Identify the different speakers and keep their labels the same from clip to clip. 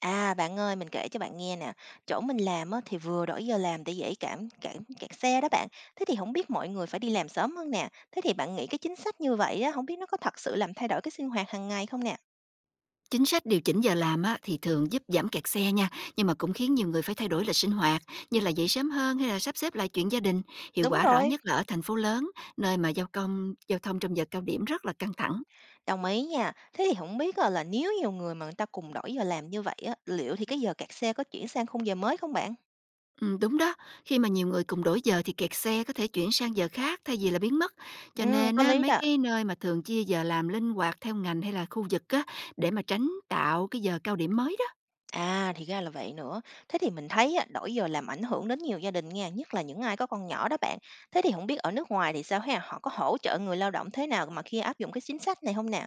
Speaker 1: À, bạn ơi, mình kể cho bạn nghe nè, chỗ mình làm á, thì vừa đổi giờ làm để dễ cảm cảm kẹt xe đó bạn. Thế thì không biết mọi người phải đi làm sớm hơn nè. Thế thì bạn nghĩ cái chính sách như vậy á, không biết nó có thật sự làm thay đổi cái sinh hoạt hàng ngày không nè?
Speaker 2: Chính sách điều chỉnh giờ làm á, thì thường giúp giảm kẹt xe nha, nhưng mà cũng khiến nhiều người phải thay đổi lịch sinh hoạt, như là dậy sớm hơn hay là sắp xếp lại chuyện gia đình. Hiệu
Speaker 1: Đúng
Speaker 2: quả rõ
Speaker 1: rồi.
Speaker 2: nhất là ở thành phố lớn, nơi mà giao thông trong giờ cao điểm rất là căng thẳng.
Speaker 1: Đồng ý nha. Thế thì không biết á, là nếu nhiều người mà người ta cùng đổi giờ làm như vậy á, liệu thì cái giờ kẹt xe có chuyển sang khung giờ mới không bạn?
Speaker 2: Ừ, đúng đó, khi mà nhiều người cùng đổi giờ thì kẹt xe có thể chuyển sang giờ khác thay vì là biến mất. Cho
Speaker 1: Ừ,
Speaker 2: nên
Speaker 1: có
Speaker 2: á,
Speaker 1: lý
Speaker 2: mấy
Speaker 1: đó.
Speaker 2: cái nơi mà thường chia giờ làm linh hoạt theo ngành hay là khu vực á, để mà tránh tạo cái giờ cao điểm mới đó.
Speaker 1: À, thì ra là vậy nữa. Thế thì mình thấy á, đổi giờ làm ảnh hưởng đến nhiều gia đình nha, nhất là những ai có con nhỏ đó bạn. Thế thì không biết ở nước ngoài thì sao ha? Họ có hỗ trợ người lao động thế nào mà khi áp dụng cái chính sách này không nè?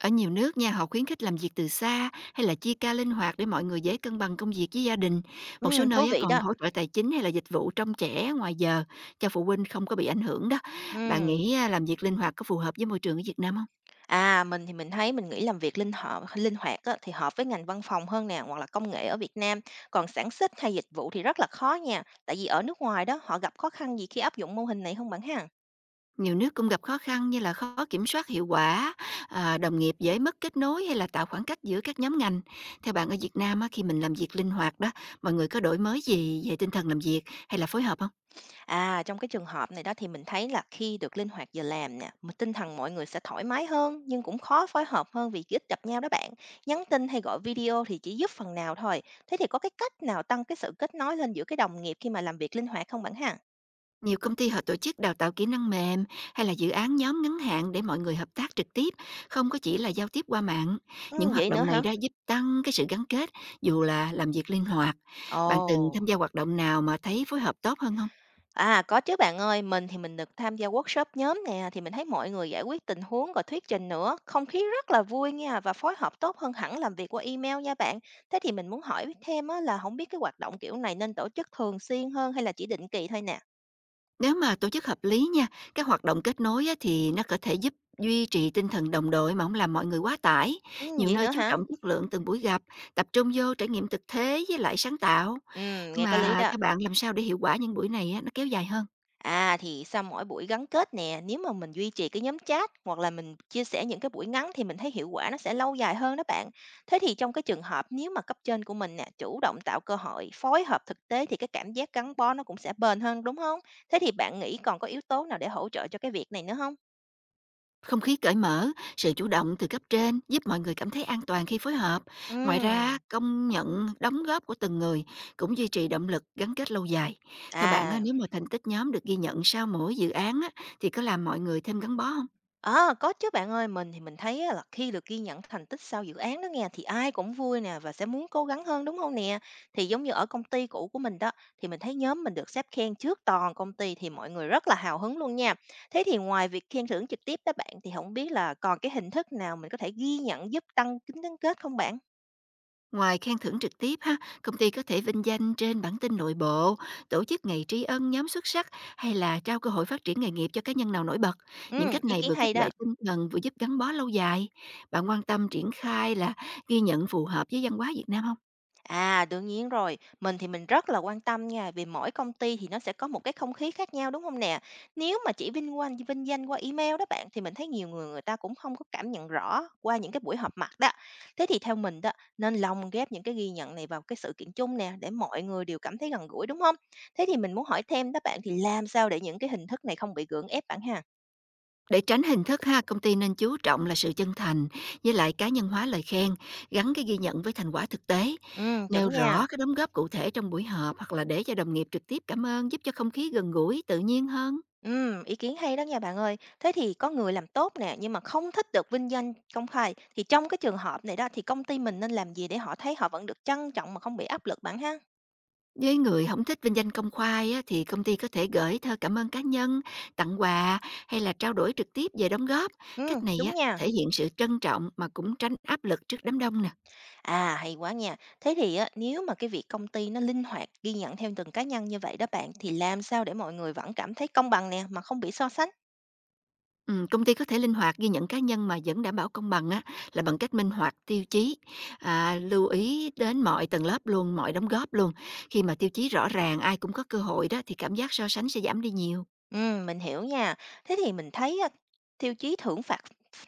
Speaker 2: Ở nhiều nước nha, họ khuyến khích làm việc từ xa hay là chia ca linh hoạt để mọi người dễ cân bằng công việc với gia đình. Một số
Speaker 1: Ừ, thú
Speaker 2: nơi á,
Speaker 1: vị
Speaker 2: còn
Speaker 1: đó.
Speaker 2: hỗ trợ tài chính hay là dịch vụ trông trẻ ngoài giờ cho phụ huynh không có bị ảnh hưởng đó. Bạn
Speaker 1: Ừ.
Speaker 2: nghĩ á, làm việc linh hoạt có phù hợp với môi trường ở Việt Nam không?
Speaker 1: À, mình thì mình thấy mình nghĩ làm việc linh hoạt á, thì hợp với ngành văn phòng hơn nè, hoặc là công nghệ ở Việt Nam. Còn sản xuất hay dịch vụ thì rất là khó nha. Tại vì ở nước ngoài đó họ gặp khó khăn gì khi áp dụng mô hình này không bạn ha?
Speaker 2: Nhiều nước cũng gặp khó khăn như là khó kiểm soát hiệu quả, đồng nghiệp dễ mất kết nối hay là tạo khoảng cách giữa các nhóm ngành. Theo bạn ở Việt Nam á, khi mình làm việc linh hoạt đó, mọi người có đổi mới gì về tinh thần làm việc hay là phối hợp không?
Speaker 1: À, trong cái trường hợp này đó thì mình thấy là khi được linh hoạt giờ làm nè, mà tinh thần mọi người sẽ thoải mái hơn nhưng cũng khó phối hợp hơn vì ít gặp nhau đó bạn. Nhắn tin hay gọi video thì chỉ giúp phần nào thôi. Thế thì có cái cách nào tăng cái sự kết nối lên giữa cái đồng nghiệp khi mà làm việc linh hoạt không bạn ha?
Speaker 2: Nhiều công ty họ tổ chức đào tạo kỹ năng mềm hay là dự án nhóm ngắn hạn để mọi người hợp tác trực tiếp, không có chỉ là giao tiếp qua mạng. Những
Speaker 1: Ừ,
Speaker 2: hoạt
Speaker 1: vậy nữa
Speaker 2: động này
Speaker 1: hả?
Speaker 2: đã giúp tăng cái sự gắn kết dù là làm việc linh hoạt. Bạn từng
Speaker 1: Ồ.
Speaker 2: tham gia hoạt động nào mà thấy phối hợp tốt hơn không?
Speaker 1: À, có chứ bạn ơi, mình thì mình được tham gia workshop nhóm nè, thì mình thấy mọi người giải quyết tình huống rồi thuyết trình nữa, không khí rất là vui nha và phối hợp tốt hơn hẳn làm việc qua email nha bạn. Thế thì mình muốn hỏi thêm á, là không biết cái hoạt động kiểu này nên tổ chức thường xuyên hơn hay là chỉ định kỳ thôi nè.
Speaker 2: Nếu mà tổ chức hợp lý nha, các hoạt động kết nối á, thì nó có thể giúp duy trì tinh thần đồng đội mà không làm mọi người quá tải.
Speaker 1: Ừ,
Speaker 2: Nhiều
Speaker 1: vậy
Speaker 2: nơi
Speaker 1: nữa
Speaker 2: chú
Speaker 1: hả?
Speaker 2: trọng chất lượng từng buổi gặp, tập trung vô trải nghiệm thực thế với lại sáng tạo.
Speaker 1: Ừ, nghe có lý
Speaker 2: Mà
Speaker 1: đó.
Speaker 2: theo bạn làm sao để hiệu quả những buổi này á, nó kéo dài hơn?
Speaker 1: À, thì sau mỗi buổi gắn kết nè, nếu mà mình duy trì cái nhóm chat hoặc là mình chia sẻ những cái buổi ngắn thì mình thấy hiệu quả nó sẽ lâu dài hơn đó bạn. Thế thì trong cái trường hợp nếu mà cấp trên của mình nè chủ động tạo cơ hội phối hợp thực tế thì cái cảm giác gắn bó nó cũng sẽ bền hơn đúng không? Thế thì bạn nghĩ còn có yếu tố nào để hỗ trợ cho cái việc này nữa không?
Speaker 2: Không khí cởi mở, sự chủ động từ cấp trên giúp mọi người cảm thấy an toàn khi phối hợp. Ngoài ra,
Speaker 1: Ừm,
Speaker 2: công nhận đóng góp của từng người cũng duy trì động lực gắn kết lâu dài. Theo bạn, á,
Speaker 1: à.
Speaker 2: nếu mà thành tích nhóm được ghi nhận sau mỗi dự án á, thì có làm mọi người thêm gắn bó không?
Speaker 1: À, có chứ bạn ơi, mình thì mình thấy á là khi được ghi nhận thành tích sau dự án đó nghe thì ai cũng vui nè và sẽ muốn cố gắng hơn đúng không nè? Thì giống như ở công ty cũ của mình đó thì mình thấy nhóm mình được sếp khen trước toàn công ty thì mọi người rất là hào hứng luôn nha. Thế thì ngoài việc khen thưởng trực tiếp đó bạn thì không biết là còn cái hình thức nào mình có thể ghi nhận giúp tăng tính gắn kết không bạn?
Speaker 2: Ngoài khen thưởng trực tiếp ha, công ty có thể vinh danh trên bản tin nội bộ, tổ chức ngày tri ân nhóm xuất sắc hay là trao cơ hội phát triển nghề nghiệp cho cá nhân nào nổi bật. Những
Speaker 1: Ừ,
Speaker 2: cách
Speaker 1: ý
Speaker 2: này
Speaker 1: kiến
Speaker 2: vừa khích
Speaker 1: hay đó.
Speaker 2: lệ tinh thần vừa giúp gắn bó lâu dài. Bạn quan tâm triển khai là ghi nhận phù hợp với văn hóa Việt Nam không?
Speaker 1: À, đương nhiên rồi, mình thì mình rất là quan tâm nha, vì mỗi công ty thì nó sẽ có một cái không khí khác nhau đúng không nè? Nếu mà chỉ vinh danh qua email đó bạn, thì mình thấy nhiều người người ta cũng không có cảm nhận rõ qua những cái buổi họp mặt đó. Thế thì theo mình đó, nên lồng ghép những cái ghi nhận này vào cái sự kiện chung nè, để mọi người đều cảm thấy gần gũi, đúng không? Thế thì mình muốn hỏi thêm đó bạn, thì làm sao để những cái hình thức này không bị gượng ép bạn ha?
Speaker 2: Để tránh hình thức ha, công ty nên chú trọng là sự chân thành với lại cá nhân hóa lời khen, gắn cái ghi nhận với thành quả thực tế.
Speaker 1: Chuẩn
Speaker 2: Nêu
Speaker 1: nha.
Speaker 2: rõ cái đóng góp cụ thể trong buổi họp hoặc là để cho đồng nghiệp trực tiếp cảm ơn giúp cho không khí gần gũi, tự nhiên hơn.
Speaker 1: Ý kiến hay đó nha bạn ơi. Thế thì có người làm tốt nè, nhưng mà không thích được vinh danh công khai, thì trong cái trường hợp này đó thì công ty mình nên làm gì để họ thấy họ vẫn được trân trọng mà không bị áp lực bạn ha?
Speaker 2: Với người không thích vinh danh công khai á, thì công ty có thể gửi thơ cảm ơn cá nhân, tặng quà hay là trao đổi trực tiếp về đóng góp.
Speaker 1: Ừ,
Speaker 2: Cách này
Speaker 1: đúng
Speaker 2: á,
Speaker 1: nha.
Speaker 2: thể hiện sự trân trọng mà cũng tránh áp lực trước đám đông nè.
Speaker 1: À, hay quá nha. Thế thì á, nếu mà cái việc công ty nó linh hoạt ghi nhận theo từng cá nhân như vậy đó bạn, thì làm sao để mọi người vẫn cảm thấy công bằng nè, mà không bị so sánh?
Speaker 2: Ừ, công ty có thể linh hoạt ghi nhận cá nhân mà vẫn đảm bảo công bằng á, là bằng cách minh hoạt tiêu chí, lưu ý đến mọi tầng lớp luôn, mọi đóng góp luôn. Khi mà tiêu chí rõ ràng ai cũng có cơ hội đó thì cảm giác so sánh sẽ giảm đi nhiều.
Speaker 1: Mình hiểu nha. Thế thì mình thấy á, tiêu chí thưởng phạt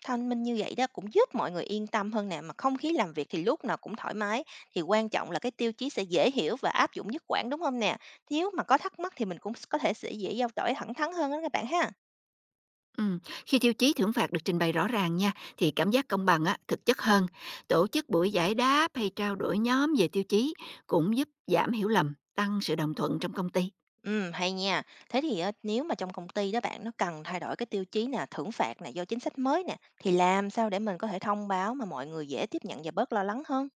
Speaker 1: thanh minh như vậy đó cũng giúp mọi người yên tâm hơn nè, mà không khí làm việc thì lúc nào cũng thoải mái, thì quan trọng là cái tiêu chí sẽ dễ hiểu và áp dụng nhất quán, đúng không nè? Nếu mà có thắc mắc thì mình cũng có thể sẽ dễ giao đổi thẳng thắn hơn đó các bạn ha.
Speaker 2: Ừm, khi tiêu chí thưởng phạt được trình bày rõ ràng nha, thì cảm giác công bằng á, thực chất hơn. Tổ chức buổi giải đáp hay trao đổi nhóm về tiêu chí cũng giúp giảm hiểu lầm, tăng sự đồng thuận trong công ty.
Speaker 1: Hay nha. Thế thì á, nếu mà trong công ty đó bạn, nó cần thay đổi cái tiêu chí nè, thưởng phạt nè, do chính sách mới nè, thì làm sao để mình có thể thông báo mà mọi người dễ tiếp nhận và bớt lo lắng hơn?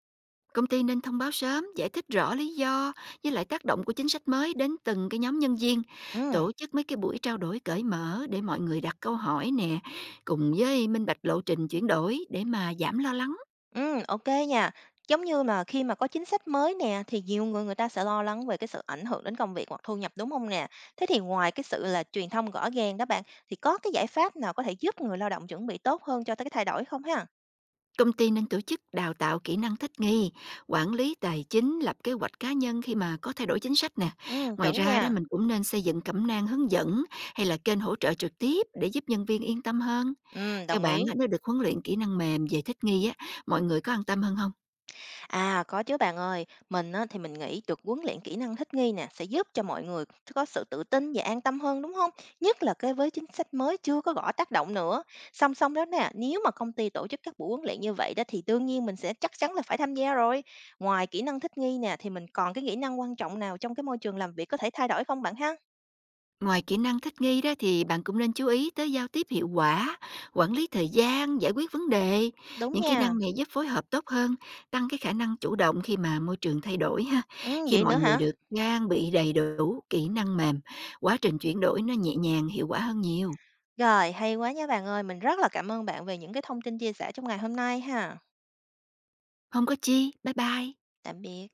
Speaker 2: Công ty nên thông báo sớm, giải thích rõ lý do với lại tác động của chính sách mới đến từng cái nhóm nhân viên.
Speaker 1: Ừm.
Speaker 2: Tổ chức mấy cái buổi trao đổi cởi mở để mọi người đặt câu hỏi nè, cùng với minh bạch lộ trình chuyển đổi để mà giảm lo lắng.
Speaker 1: Ok nha. Giống như mà khi mà có chính sách mới nè, thì nhiều người người ta sẽ lo lắng về cái sự ảnh hưởng đến công việc hoặc thu nhập, đúng không nè? Thế thì ngoài cái sự là truyền thông rõ ràng đó bạn, thì có cái giải pháp nào có thể giúp người lao động chuẩn bị tốt hơn cho tới cái thay đổi không ha?
Speaker 2: Công ty nên tổ chức đào tạo kỹ năng thích nghi, quản lý tài chính, lập kế hoạch cá nhân khi mà có thay đổi chính sách nè. Ngoài
Speaker 1: Chuẩn
Speaker 2: ra đó
Speaker 1: nha.
Speaker 2: mình cũng nên xây dựng cẩm nang hướng dẫn hay là kênh hỗ trợ trực tiếp để giúp nhân viên yên tâm hơn. Theo
Speaker 1: Đồng
Speaker 2: bạn
Speaker 1: ý.
Speaker 2: á, nếu được huấn luyện kỹ năng mềm về thích nghi á, mọi người có an tâm hơn không?
Speaker 1: À, có chứ bạn ơi, mình á, thì mình nghĩ được huấn luyện kỹ năng thích nghi nè sẽ giúp cho mọi người có sự tự tin và an tâm hơn đúng không? Nhất là cái với chính sách mới chưa có rõ tác động nữa. Song song đó nè, nếu mà công ty tổ chức các buổi huấn luyện như vậy đó thì đương nhiên mình sẽ chắc chắn là phải tham gia rồi. Ngoài kỹ năng thích nghi nè thì mình còn cái kỹ năng quan trọng nào trong cái môi trường làm việc có thể thay đổi không bạn ha?
Speaker 2: Ngoài kỹ năng thích nghi đó thì bạn cũng nên chú ý tới giao tiếp hiệu quả, quản lý thời gian, giải quyết vấn đề.
Speaker 1: Đúng
Speaker 2: Những kỹ
Speaker 1: nha.
Speaker 2: năng này giúp phối hợp tốt hơn, tăng cái khả năng chủ động khi mà môi trường thay đổi ha.
Speaker 1: Ừ,
Speaker 2: Khi
Speaker 1: vậy
Speaker 2: mọi
Speaker 1: nữa
Speaker 2: người
Speaker 1: hả?
Speaker 2: được trang bị đầy đủ kỹ năng mềm, quá trình chuyển đổi nó nhẹ nhàng, hiệu quả hơn nhiều.
Speaker 1: Rồi, hay quá nha bạn ơi, mình rất là cảm ơn bạn về những cái thông tin chia sẻ trong ngày hôm nay ha.
Speaker 2: Không có chi, bye bye.
Speaker 1: Tạm biệt.